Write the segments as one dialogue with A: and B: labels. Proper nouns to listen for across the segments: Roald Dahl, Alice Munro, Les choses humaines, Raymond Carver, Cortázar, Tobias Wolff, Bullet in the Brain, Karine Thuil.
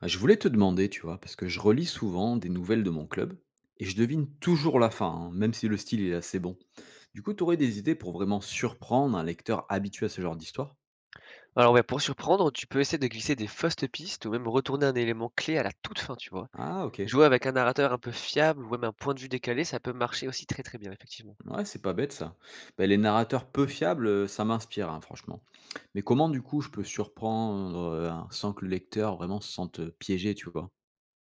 A: Ah, je voulais te demander, tu vois, parce que je relis souvent des nouvelles de mon club et je devine toujours la fin, hein, même si le style est assez bon. Du coup, tu aurais des idées pour vraiment surprendre un lecteur habitué à ce genre d'histoire?
B: Alors ouais, pour surprendre, tu peux essayer de glisser des fausses pistes ou même retourner un élément clé à la toute fin, tu vois.
A: Ah, ok.
B: Jouer avec un narrateur un peu fiable ou même un point de vue décalé, ça peut marcher aussi très très bien, effectivement.
A: Ouais, c'est pas bête ça. Ben, les narrateurs peu fiables, ça m'inspire, hein, franchement. Mais comment, du coup, je peux surprendre sans que le lecteur vraiment se sente piégé, tu vois?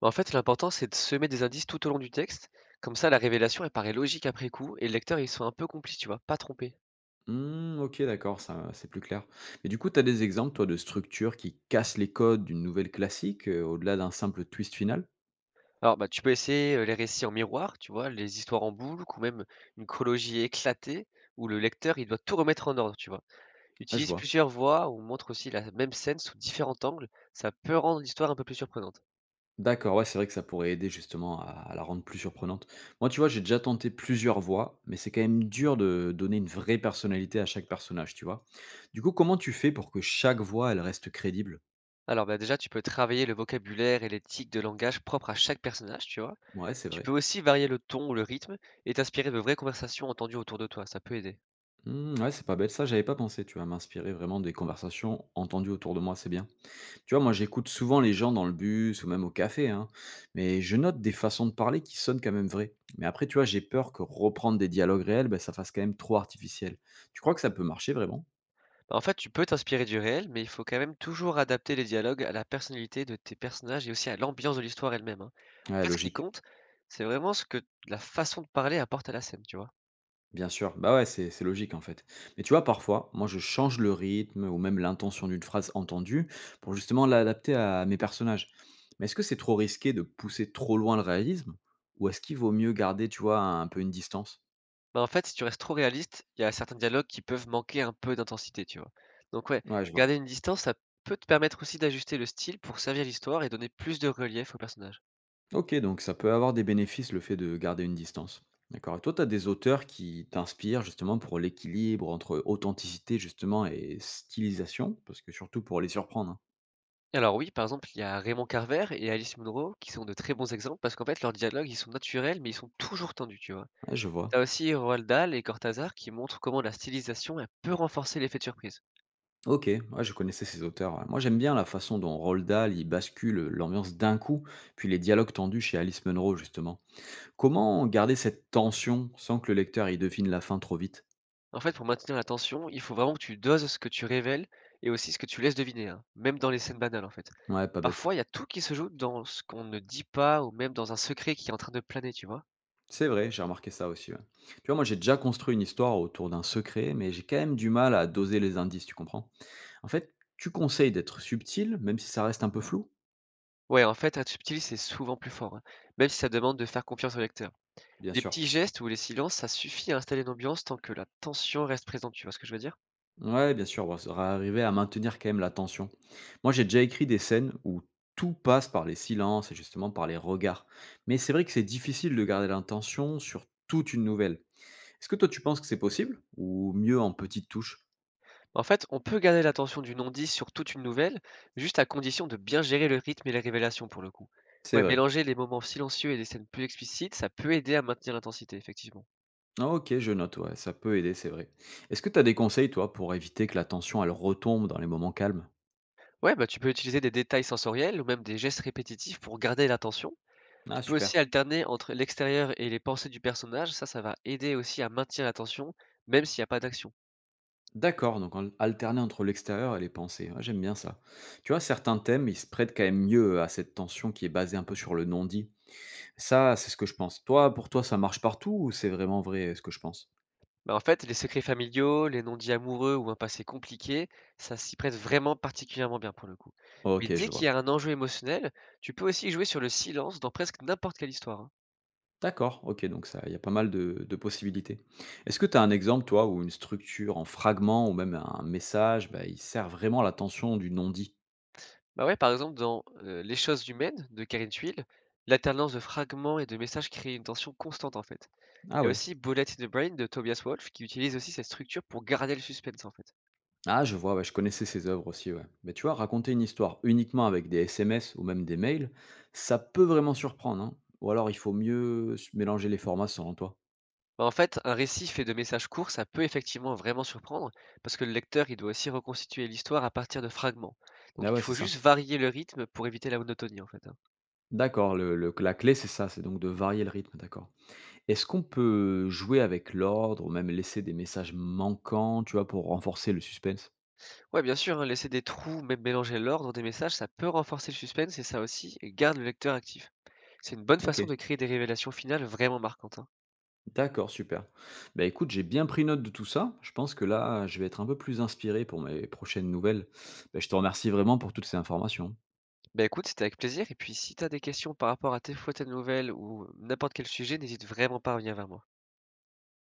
B: En fait, l'important, c'est de semer des indices tout au long du texte. Comme ça, la révélation, elle paraît logique après coup et le lecteur, il soit un peu complice, tu vois, pas trompé.
A: Hmm, ok, d'accord, ça c'est plus clair. Mais du coup, tu as des exemples, toi, de structures qui cassent les codes d'une nouvelle classique, au-delà d'un simple twist final?
B: Alors, bah, tu peux essayer les récits en miroir, tu vois, les histoires en boucle ou même une chronologie éclatée où le lecteur, il doit tout remettre en ordre, tu vois.
A: Ah, je
B: Utilise
A: vois.
B: plusieurs voix ou montre aussi la même scène sous différents angles, ça peut rendre l'histoire un peu plus surprenante.
A: D'accord, ouais, c'est vrai que ça pourrait aider justement à la rendre plus surprenante. Moi, tu vois, j'ai déjà tenté plusieurs voix, mais c'est quand même dur de donner une vraie personnalité à chaque personnage, tu vois. Du coup, comment tu fais pour que chaque voix, elle reste crédible?
B: Alors, bah, déjà, tu peux travailler le vocabulaire et les tics de langage propres à chaque personnage, tu vois.
A: Ouais, c'est
B: Tu peux
A: vrai.
B: aussi varier le ton ou le rythme et t'inspirer de vraies conversations entendues autour de toi, ça peut aider.
A: Hmm, ouais, c'est pas bête, ça, j'avais pas pensé, tu vas m'inspirer vraiment des conversations entendues autour de moi, c'est bien. Tu vois, moi, j'écoute souvent les gens dans le bus ou même au café, hein, mais je note des façons de parler qui sonnent quand même vraies. Mais après, tu vois, j'ai peur que reprendre des dialogues réels, ben, ça fasse quand même trop artificiel. Tu crois que ça peut marcher vraiment?
B: Bah, en fait, tu peux t'inspirer du réel, mais il faut quand même toujours adapter les dialogues à la personnalité de tes personnages et aussi à l'ambiance de l'histoire elle-même, hein. En
A: Ouais,
B: fait, ce qui
A: logique,
B: compte, c'est vraiment ce que la façon de parler apporte à la scène, tu vois.
A: bien sûr. Bah ouais, c'est logique en fait. Mais tu vois, parfois, moi, je change le rythme ou même l'intention d'une phrase entendue pour justement l'adapter à mes personnages. Mais est-ce que c'est trop risqué de pousser trop loin le réalisme ou est-ce qu'il vaut mieux garder, tu vois, un peu une distance?
B: Bah, en fait, si tu restes trop réaliste, il y a certains dialogues qui peuvent manquer un peu d'intensité, tu vois? Donc ouais,
A: Ouais, je
B: garder
A: vois.
B: une distance, ça peut te permettre aussi d'ajuster le style pour servir l'histoire et donner plus de relief au personnage.
A: Ok, donc ça peut avoir des bénéfices le fait de garder une distance. D'accord. Et toi, tu as des auteurs qui t'inspirent justement pour l'équilibre entre authenticité justement et stylisation, parce que surtout pour les surprendre, hein?
B: Alors oui, par exemple, il y a Raymond Carver et Alice Munro qui sont de très bons exemples parce qu'en fait, leurs dialogues, ils sont naturels, mais ils sont toujours tendus, tu vois?
A: Ouais, je vois.
B: T'as aussi Roald Dahl et Cortázar qui montrent comment la stylisation, elle peut renforcer l'effet de surprise.
A: OK, ouais, je connaissais ces auteurs, ouais. Moi, j'aime bien la façon dont Roald Dahl, il bascule l'ambiance d'un coup, puis les dialogues tendus chez Alice Munro, justement. Comment garder cette tension sans que le lecteur y devine la fin trop vite?
B: En fait, pour maintenir la tension, il faut vraiment que tu doses ce que tu révèles et aussi ce que tu laisses deviner, hein, même dans les scènes banales, en fait.
A: Ouais, pas bête.
B: Parfois, il y a tout qui se joue dans ce qu'on ne dit pas ou même dans un secret qui est en train de planer, tu vois?
A: C'est vrai, j'ai remarqué ça aussi, ouais. Tu vois, moi, j'ai déjà construit une histoire autour d'un secret, mais j'ai quand même du mal à doser les indices, tu comprends? En fait, tu conseilles d'être subtil, même si ça reste un peu flou?
B: Ouais, en fait, être subtil, c'est souvent plus fort, hein, même si ça demande de faire confiance au lecteur.
A: Bien
B: Les
A: sûr.
B: petits gestes ou les silences, ça suffit à installer une ambiance tant que la tension reste présente, tu vois ce que je veux dire?
A: Ouais, bien sûr, bon, ça va arriver à maintenir quand même la tension. Moi, j'ai déjà écrit des scènes où tout passe par les silences et justement par les regards. Mais c'est vrai que c'est difficile de garder l'intention sur toute une nouvelle. Est-ce que toi, tu penses que c'est possible ou mieux en petites touches?
B: En fait, on peut garder l'attention du non-dit sur toute une nouvelle, juste à condition de bien gérer le rythme et les révélations pour le coup.
A: C'est
B: Ouais,
A: vrai.
B: mélanger les moments silencieux et des scènes plus explicites, ça peut aider à maintenir l'intensité, effectivement.
A: Ah, ok, je note, ouais, ça peut aider, c'est vrai. Est-ce que tu as des conseils, toi, pour éviter que la tension, elle retombe dans les moments calmes?
B: Ouais, bah tu peux utiliser des détails sensoriels ou même des gestes répétitifs pour garder l'attention.
A: Ah,
B: Tu peux aussi
A: super.
B: alterner entre l'extérieur et les pensées du personnage, ça va aider aussi à maintenir la tension, même s'il n'y a pas d'action.
A: D'accord, donc en alterner entre l'extérieur et les pensées. Ouais, j'aime bien ça. Tu vois, certains thèmes, ils se prêtent quand même mieux à cette tension qui est basée un peu sur le non-dit. Ça, c'est ce que je pense. Toi, pour toi, ça marche partout ou c'est vraiment vrai ce que je pense?
B: Bah, en fait, les secrets familiaux, les non-dits amoureux ou un passé compliqué, ça s'y prête vraiment particulièrement bien pour le coup. Mais
A: Ok,
B: dès
A: je
B: qu'il y
A: vois.
B: a un enjeu émotionnel, tu peux aussi jouer sur le silence dans presque n'importe quelle histoire, hein.
A: D'accord, ok, donc ça, il y a pas mal de possibilités. Est-ce que tu as un exemple, toi, où une structure en fragments ou même un message, bah, il sert vraiment à la tension du non-dit?
B: Bah ouais, par exemple, dans Les choses humaines de Karine Thuil, l'alternance de fragments et de messages crée une tension constante en fait.
A: Ah
B: Il y a
A: ouais.
B: aussi Bullet in the Brain de Tobias Wolff qui utilise aussi cette structure pour garder le suspense en fait.
A: Ah, je vois, ouais, je connaissais ses œuvres aussi, ouais. Mais tu vois, raconter une histoire uniquement avec des SMS ou même des mails, ça peut vraiment surprendre, hein. Ou alors il faut mieux mélanger les formats selon toi.
B: Bah, en fait, un récit fait de messages courts, ça peut effectivement vraiment surprendre parce que le lecteur, il doit aussi reconstituer l'histoire à partir de fragments. Donc
A: Ah
B: il
A: ouais, c'est
B: faut juste
A: ça.
B: varier le rythme pour éviter la monotonie en fait, hein.
A: D'accord, la clé c'est ça, c'est donc de varier le rythme, d'accord. Est-ce qu'on peut jouer avec l'ordre ou même laisser des messages manquants, tu vois, pour renforcer le suspense?
B: Ouais, bien sûr, hein, laisser des trous, même mélanger l'ordre des messages, ça peut renforcer le suspense et ça aussi garde le lecteur actif. C'est une bonne
A: Ok,
B: façon de créer des révélations finales vraiment marquantes, hein.
A: d'accord, super. Bah écoute, j'ai bien pris note de tout ça. Je pense que là, je vais être un peu plus inspiré pour mes prochaines nouvelles. Bah, je te remercie vraiment pour toutes ces informations.
B: Bah écoute, c'était avec plaisir et puis si t'as des questions par rapport à tes fautes à nouvelles ou n'importe quel sujet, n'hésite vraiment pas à revenir vers moi.